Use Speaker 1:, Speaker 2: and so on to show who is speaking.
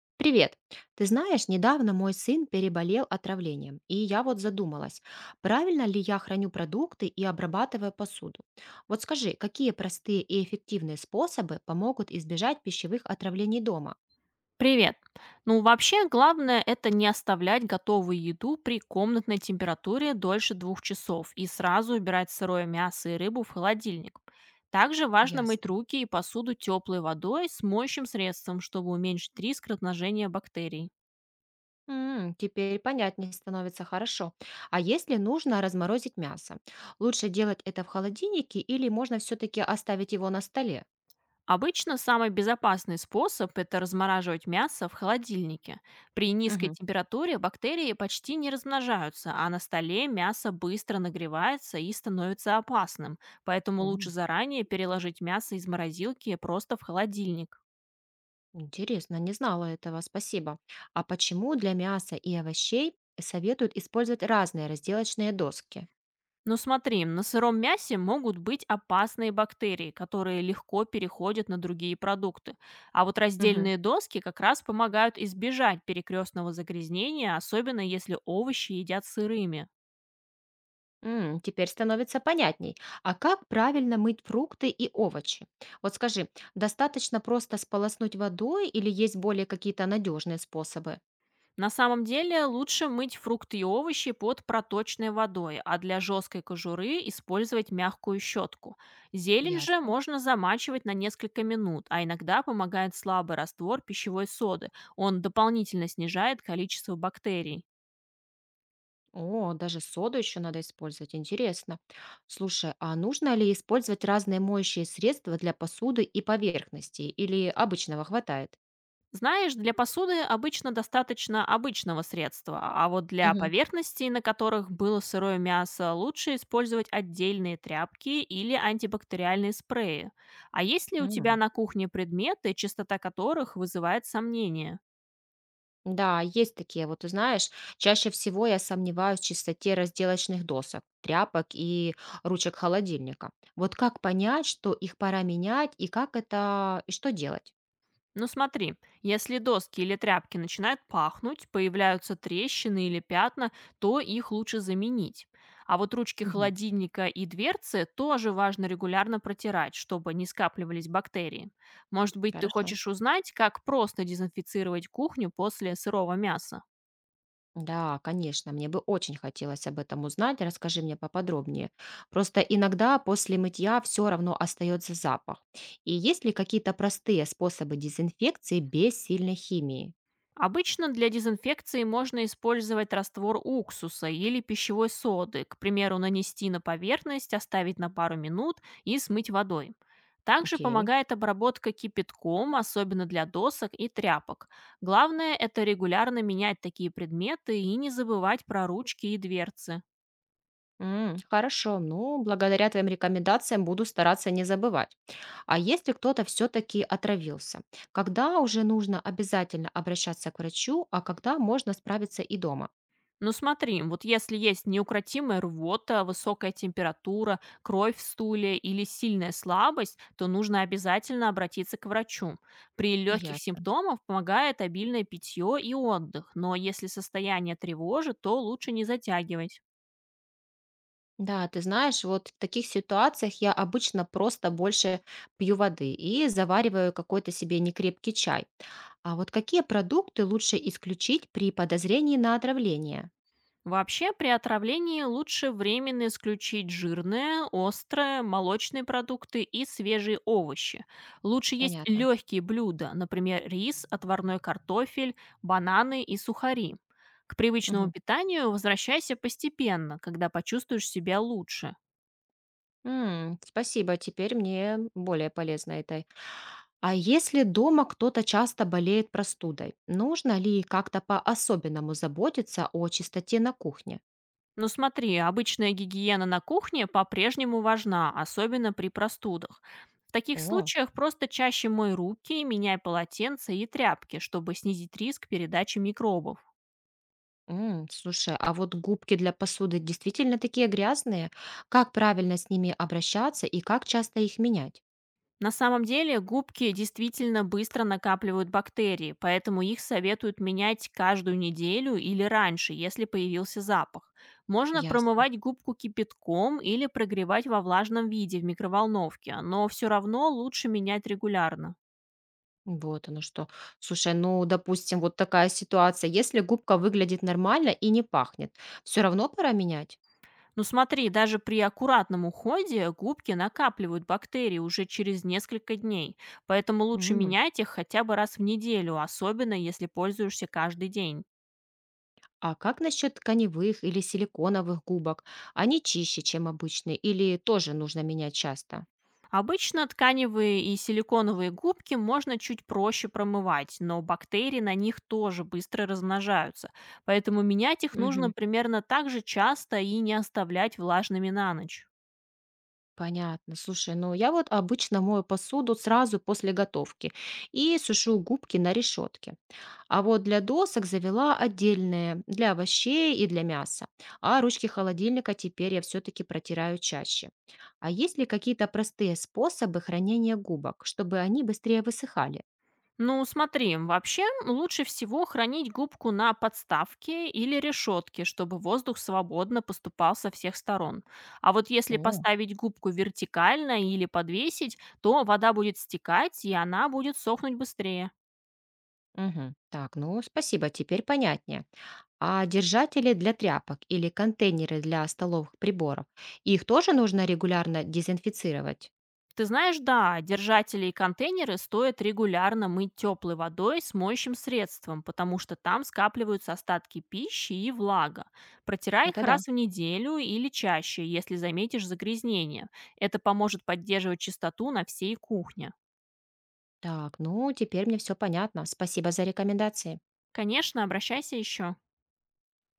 Speaker 1: Привет. Ты знаешь, недавно мой сын переболел отравлением, и я вот задумалась, правильно ли я храню продукты и обрабатываю посуду. Вот скажи, какие простые и эффективные способы помогут избежать пищевых отравлений дома?
Speaker 2: Привет. Ну, вообще, главное это не оставлять готовую еду при комнатной температуре дольше 2 часов и сразу убирать сырое мясо и рыбу в холодильник. Также важно мыть
Speaker 1: Ясно.
Speaker 2: руки и посуду теплой водой с моющим средством, чтобы уменьшить риск размножения бактерий.
Speaker 1: Теперь понятнее становится хорошо. А если нужно разморозить мясо? Лучше делать это в холодильнике или можно все-таки оставить его на столе?
Speaker 2: Обычно самый безопасный способ– это размораживать мясо в холодильнике. При низкой
Speaker 1: Мгм.
Speaker 2: температуре бактерии почти не размножаются, а на столе мясо быстро нагревается и становится опасным, поэтому лучше
Speaker 1: М.
Speaker 2: заранее переложить мясо из морозилки просто в холодильник.
Speaker 1: Интересно, не знала этого, спасибо. А почему для мяса и овощей советуют использовать разные разделочные доски?
Speaker 2: Но смотри, на сыром мясе могут быть опасные бактерии, которые легко переходят на другие продукты. А вот
Speaker 1: Мгм.
Speaker 2: раздельные доски как раз помогают избежать перекрестного загрязнения, особенно если овощи едят сырыми.
Speaker 1: Теперь становится понятней. А как правильно мыть фрукты и овощи? Вот скажи, достаточно просто сполоснуть водой или есть более какие-то надежные способы?
Speaker 2: На самом деле лучше мыть фрукты и овощи под проточной водой, а для жесткой кожуры использовать мягкую щетку. Зелень же
Speaker 1: Ясно.
Speaker 2: можно замачивать на несколько минут, а иногда помогает слабый раствор пищевой соды. Он дополнительно снижает количество бактерий.
Speaker 1: О, даже соду еще надо использовать, интересно. Слушай, а нужно ли использовать разные моющие средства для посуды и поверхностей, или обычного хватает?
Speaker 2: Знаешь, для посуды обычно достаточно обычного средства, а вот для
Speaker 1: Мгм.
Speaker 2: поверхностей, на которых было сырое мясо, лучше использовать отдельные тряпки или антибактериальные спреи. А есть ли у тебя
Speaker 1: М.
Speaker 2: на кухне предметы, чистота которых вызывает сомнения?
Speaker 1: Да, есть такие. Вот ты знаешь, чаще всего я сомневаюсь в чистоте разделочных досок, тряпок и ручек холодильника. Вот как понять, что их пора менять и и что делать?
Speaker 2: Ну смотри, если доски или тряпки начинают пахнуть, появляются трещины или пятна, то их лучше заменить. А вот ручки
Speaker 1: Мгм.
Speaker 2: холодильника и дверцы тоже важно регулярно протирать, чтобы не скапливались бактерии. Может быть, ты
Speaker 1: Хорошо.
Speaker 2: хочешь узнать, как просто дезинфицировать кухню после сырого мяса?
Speaker 1: Да, конечно, мне бы очень хотелось об этом узнать. Расскажи мне поподробнее. Просто иногда после мытья все равно остается запах. И есть ли какие-то простые способы дезинфекции без сильной химии?
Speaker 2: Обычно для дезинфекции можно использовать раствор уксуса или пищевой соды, к примеру, нанести на поверхность, оставить на пару минут и смыть водой. Также
Speaker 1: Окей.
Speaker 2: помогает обработка кипятком, особенно для досок и тряпок. Главное– это регулярно менять такие предметы и не забывать про ручки и дверцы.
Speaker 1: Хорошо, ну, благодаря твоим рекомендациям буду стараться не забывать. А если кто-то все-таки отравился, когда уже нужно обязательно обращаться к врачу, а когда можно справиться и дома?
Speaker 2: Ну смотри, вот если есть неукротимая рвота, высокая температура, кровь в стуле или сильная слабость, то нужно обязательно обратиться к врачу. При легких
Speaker 1: Ясно.
Speaker 2: симптомах помогает обильное питье и отдых, но если состояние тревожит, то лучше не затягивать.
Speaker 1: Да, ты знаешь, вот в таких ситуациях я обычно просто больше пью воды и завариваю какой-то себе некрепкий чай. А вот какие продукты лучше исключить при подозрении на отравление?
Speaker 2: Вообще, при отравлении лучше временно исключить жирные, острые, молочные продукты и свежие овощи. Лучше есть
Speaker 1: Понятно.
Speaker 2: легкие блюда, например, рис, отварной картофель, бананы и сухари. К привычному
Speaker 1: Мгм.
Speaker 2: питанию возвращайся постепенно, когда почувствуешь себя лучше.
Speaker 1: Спасибо, теперь мне более полезно это. А если дома кто-то часто болеет простудой, нужно ли как-то по-особенному заботиться о чистоте на кухне?
Speaker 2: Ну смотри, обычная гигиена на кухне по-прежнему важна, особенно при простудах. В таких
Speaker 1: О,
Speaker 2: случаях просто чаще мой руки, меняй полотенца и тряпки, чтобы снизить риск передачи микробов.
Speaker 1: слушай, а вот губки для посуды действительно такие грязные? Как правильно с ними обращаться и как часто их менять?
Speaker 2: На самом деле губки действительно быстро накапливают бактерии, поэтому их советуют менять каждую неделю или раньше, если появился запах. Можно
Speaker 1: Ясно.
Speaker 2: промывать губку кипятком или прогревать во влажном виде в микроволновке, но все равно лучше менять регулярно.
Speaker 1: Вот оно что. Слушай, ну, допустим, вот такая ситуация. Если губка выглядит нормально и не пахнет, все равно пора менять?
Speaker 2: Ну смотри, даже при аккуратном уходе губки накапливают бактерии уже через несколько дней, поэтому лучше
Speaker 1: М.
Speaker 2: менять их хотя бы раз в неделю, особенно если пользуешься каждый день.
Speaker 1: А как насчет тканевых или силиконовых губок? Они чище, чем обычные, или тоже нужно менять часто?
Speaker 2: Обычно тканевые и силиконовые губки можно чуть проще промывать, но бактерии на них тоже быстро размножаются, поэтому менять их нужно
Speaker 1: Мгм.
Speaker 2: примерно так же часто и не оставлять влажными на ночь.
Speaker 1: Понятно. Слушай, ну я вот обычно мою посуду сразу после готовки и сушу губки на решетке. А вот для досок завела отдельные для овощей и для мяса. А ручки холодильника теперь я все-таки протираю чаще. А есть ли какие-то простые способы хранения губок, чтобы они быстрее высыхали?
Speaker 2: Ну, смотри, вообще лучше всего хранить губку на подставке или решетке, чтобы воздух свободно поступал со всех сторон. А вот если
Speaker 1: О.
Speaker 2: поставить губку вертикально или подвесить, то вода будет стекать, и она будет сохнуть быстрее.
Speaker 1: Мгм. Так, ну спасибо, теперь понятнее. А держатели для тряпок или контейнеры для столовых приборов, их тоже нужно регулярно дезинфицировать?
Speaker 2: Ты знаешь, да, держатели и контейнеры стоит регулярно мыть теплой водой с моющим средством, потому что там скапливаются остатки пищи и влага. Протирай их
Speaker 1: Это да.
Speaker 2: раз в неделю или чаще, если заметишь загрязнение. Это поможет поддерживать чистоту на всей кухне.
Speaker 1: Так, ну теперь мне все понятно. Спасибо за рекомендации.
Speaker 2: Конечно, обращайся еще.